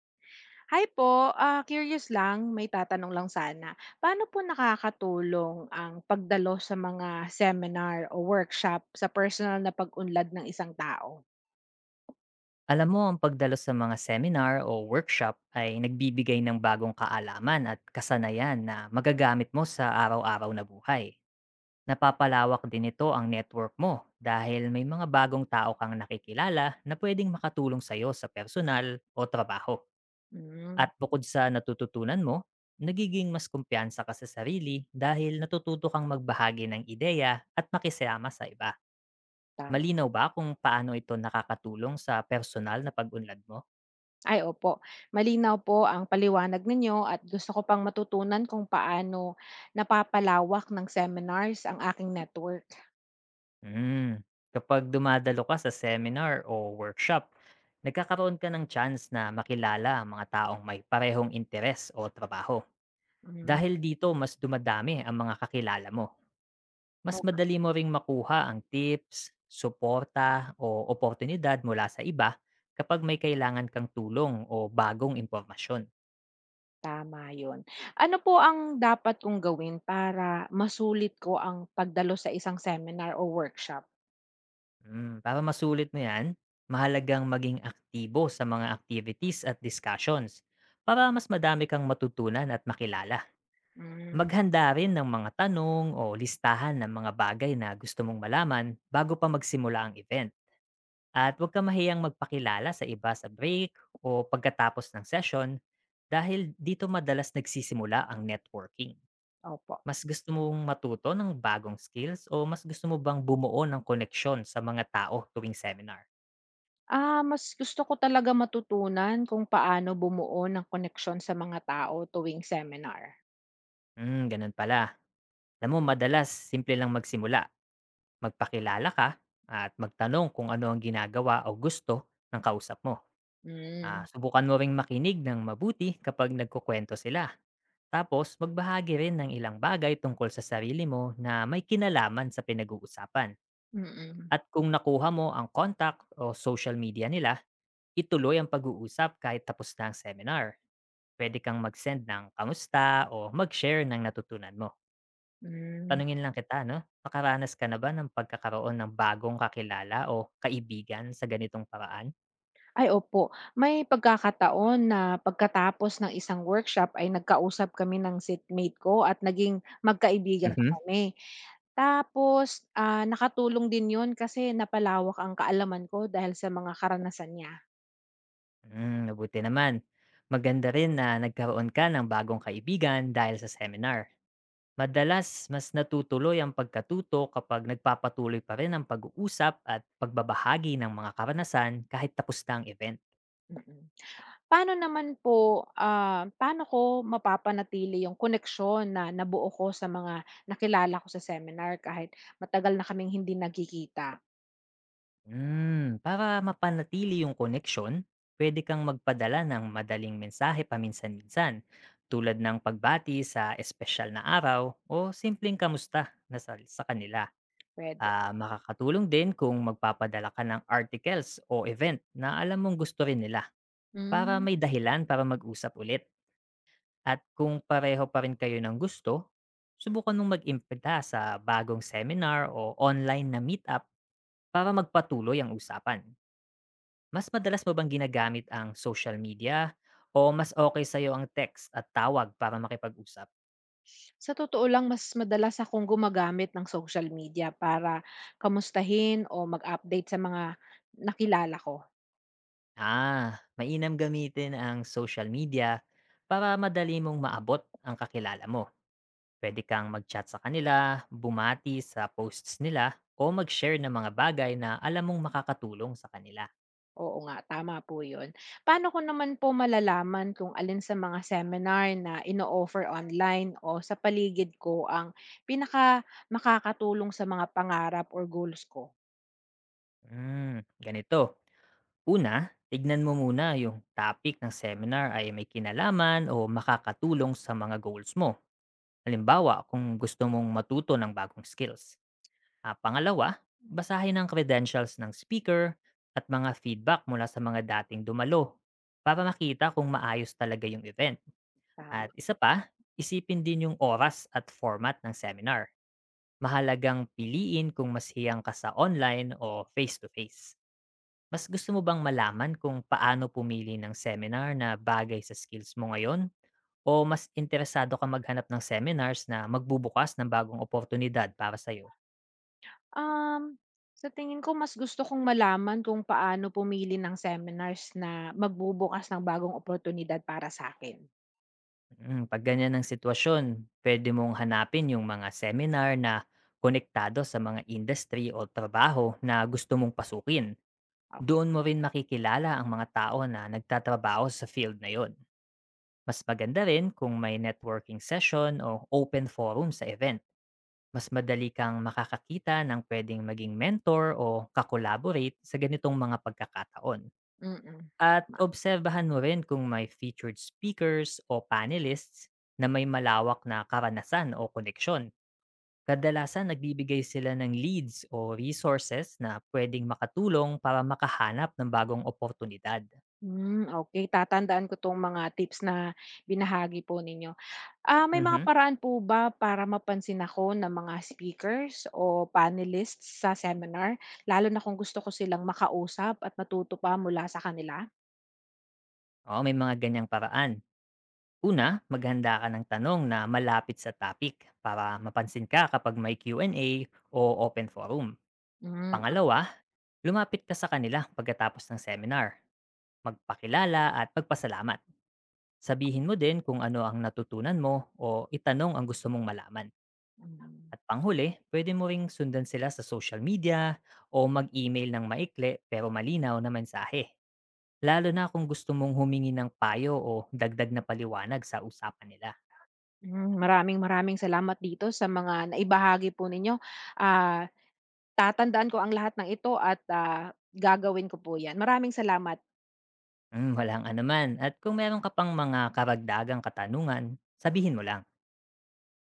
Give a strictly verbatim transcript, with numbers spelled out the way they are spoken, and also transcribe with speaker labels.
Speaker 1: Hi po, ah, curious lang, may tatanong lang sana. Paano po nakakatulong ang pagdalo sa mga seminar o workshop sa personal na pag-unlad ng isang tao?
Speaker 2: Alam mo, ang pagdalo sa mga seminar o workshop ay nagbibigay ng bagong kaalaman at kasanayan na magagamit mo sa araw-araw na buhay. Napapalawak din ito ang network mo dahil may mga bagong tao kang nakikilala na pwedeng makatulong sa'yo sa personal o trabaho.
Speaker 1: Mm,
Speaker 2: At bukod sa natututunan mo, nagiging mas kumpiyansa ka sa sarili dahil natututo kang magbahagi ng ideya at makisama sa iba.
Speaker 1: tama.
Speaker 2: Malinaw ba kung paano ito nakakatulong sa personal na pag-unlad mo?
Speaker 1: Ay opo, malinaw po ang paliwanag ninyo at gusto ko pang matutunan kung paano napapalawak ng seminars ang aking network.
Speaker 2: Hmm, kapag dumadalo ka sa seminar o workshop, nagkakaroon ka ng chance na makilala ang mga taong may parehong interes o trabaho.
Speaker 1: Hmm,
Speaker 2: Dahil dito, mas dumadami ang mga kakilala mo. Mas
Speaker 1: oo nga,
Speaker 2: madali mo ring makuha ang tips, suporta o oportunidad mula sa iba kapag may kailangan kang tulong o bagong impormasyon.
Speaker 1: tama 'yun. Ano po ang dapat kong gawin para masulit ko ang pagdalo sa isang seminar o workshop?
Speaker 2: Hmm, para masulit mo yan, mahalagang maging aktibo sa mga activities at discussions para mas madami kang matutunan at makilala.
Speaker 1: Hmm,
Speaker 2: Maghanda rin ng mga tanong o listahan ng mga bagay na gusto mong malaman bago pa magsimula ang event. At huwag ka mahiyang magpakilala sa iba sa break o pagkatapos ng session dahil dito madalas nagsisimula ang networking.
Speaker 1: opo.
Speaker 2: Mas gusto mong matuto ng bagong skills o mas gusto mo bang bumuo ng koneksyon sa mga tao tuwing seminar?
Speaker 1: Ah, mas gusto ko talaga matutunan kung paano bumuo ng koneksyon sa mga tao tuwing seminar.
Speaker 2: Hmm, ganun pala. Alam mo, madalas simple lang magsimula. Magpakilala ka at magtanong kung ano ang ginagawa o gusto ng kausap mo.
Speaker 1: Hmm,
Speaker 2: Ah, subukan mo ring makinig ng mabuti kapag nagkukwento sila. Tapos, magbahagi rin ng ilang bagay tungkol sa sarili mo na may kinalaman sa pinag-uusapan.
Speaker 1: mm,
Speaker 2: At kung nakuha mo ang contact o social media nila, ituloy ang pag-uusap kahit tapos na ang seminar. Pwede kang mag-send ng kamusta o mag-share ng natutunan mo.
Speaker 1: hmm.
Speaker 2: Tanungin lang kita, no? Makaranas ka na ba ng pagkakaroon ng bagong kakilala o kaibigan sa ganitong paraan?
Speaker 1: Ay opo, may pagkakataon na pagkatapos ng isang workshop ay nagkausap kami ng seatmate ko at naging magkaibigan pa
Speaker 2: Mhm.
Speaker 1: kami. Tapos, ah, nakatulong din 'yun kasi napalawak ang kaalaman ko dahil sa mga karanasan niya,
Speaker 2: Hmm, mabuti naman. Maganda rin na nagkaroon ka ng bagong kaibigan dahil sa seminar. Madalas, mas natutuloy ang pagkatuto kapag nagpapatuloy pa rin ang pag-uusap at pagbabahagi ng mga karanasan kahit tapos na ang event.
Speaker 1: mm. Paano naman po, ah, paano ko mapapanatili yung koneksyon na nabuo ko sa mga nakilala ko sa seminar kahit matagal na kaming hindi nagkikita?
Speaker 2: Hmm, para mapanatili yung connection, pwede kang magpadala ng madaling mensahe paminsan-minsan tulad ng pagbati sa espesyal na araw o simpleng kamusta na sa, sa kanila.
Speaker 1: Puwede.
Speaker 2: Ah, makakatulong din kung magpapadala ka ng articles o event na alam mong gusto rin nila para
Speaker 1: Hmm.
Speaker 2: may dahilan para mag-usap ulit. At kung pareho pa rin kayo ng gusto, subukan mong mag-impita sa bagong seminar o online na meetup para magpatuloy ang usapan. Mas madalas mo bang ginagamit ang social media o mas okay sa'yo ang text at tawag para makipag-usap?
Speaker 1: Sa totoo lang, mas madalas akong gumagamit ng social media para kamustahin o mag-update sa mga nakilala ko.
Speaker 2: Ah, mainam gamitin ang social media para madali mong maabot ang kakilala mo. Pwede kang mag-chat sa kanila, bumati sa posts nila, o mag-share ng mga bagay na alam mong makakatulong sa kanila.
Speaker 1: Oo nga, tama po yun. Paano ko naman po malalaman kung alin sa mga seminar na ino-offer online o sa paligid ko ang pinaka makakatulong sa mga pangarap or goals ko?
Speaker 2: Hmm, ganito. Una, tignan mo muna yung topic ng seminar ay may kinalaman o makakatulong sa mga goals mo. Halimbawa, kung gusto mong matuto ng bagong skills. Ah, pangalawa, basahin ang credentials ng speaker at mga feedback mula sa mga dating dumalo para makita kung maayos talaga yung event.
Speaker 1: Tama.
Speaker 2: At isa pa, isipin din yung oras at format ng seminar. Mahalagang piliin kung mas hiyang ka sa online o face-to-face. Mas gusto mo bang malaman kung paano pumili ng seminar na bagay sa skills mo ngayon? O mas interesado ka maghanap ng seminars na magbubukas ng bagong oportunidad para sa'yo?
Speaker 1: Um, sa tingin ko, mas gusto kong malaman kung paano pumili ng seminars na magbubukas ng bagong oportunidad para sa akin.
Speaker 2: Mm, pag ganyan ang sitwasyon, pwede mong hanapin yung mga seminar na konektado sa mga industry o trabaho na gusto mong pasukin.
Speaker 1: Okay.
Speaker 2: Doon mo rin makikilala ang mga tao na nagtatrabaho sa field na yon. Mas maganda rin kung may networking session o open forum sa event. Mas madali kang makakakita ng pwedeng maging mentor o kakolaborate sa ganitong mga pagkakataon.
Speaker 1: Mm,
Speaker 2: At
Speaker 1: tama.
Speaker 2: obserbahan mo rin kung may featured speakers o panelists na may malawak na karanasan o koneksyon. Kadalasan nagbibigay sila ng leads o resources na pwedeng makatulong para makahanap ng bagong oportunidad.
Speaker 1: Hmm, okay, tatandaan ko 'tong mga tips na binahagi po ninyo. Ah, may mga
Speaker 2: Mhm.
Speaker 1: paraan po ba para mapansin ako ng mga speakers o panelists sa seminar, lalo na kung gusto ko silang makausap at matuto pa mula sa kanila?
Speaker 2: Oo, may mga ganyang paraan. Una, maghanda ka ng tanong na malapit sa topic para mapansin ka kapag may Q and A o open forum.
Speaker 1: Hmm,
Speaker 2: Pangalawa, lumapit ka sa kanila pagkatapos ng seminar. Magpakilala at pagpasalamat. Sabihin mo din kung ano ang natutunan mo o itanong ang gusto mong malaman.
Speaker 1: okey.
Speaker 2: At panghuli, pwede mo ring sundan sila sa social media o mag-email ng maikli pero malinaw na mensahe. Lalo na kung gusto mong humingi ng payo o dagdag na paliwanag sa usapan nila.
Speaker 1: Hmm, maraming maraming salamat dito sa mga naibahagi po ninyo. Ah, tatandaan ko ang lahat ng ito at, ah, gagawin ko po 'yan. Maraming salamat.
Speaker 2: Hmm, walang anuman. At kung meron ka pang mga karagdagang katanungan, sabihin mo lang.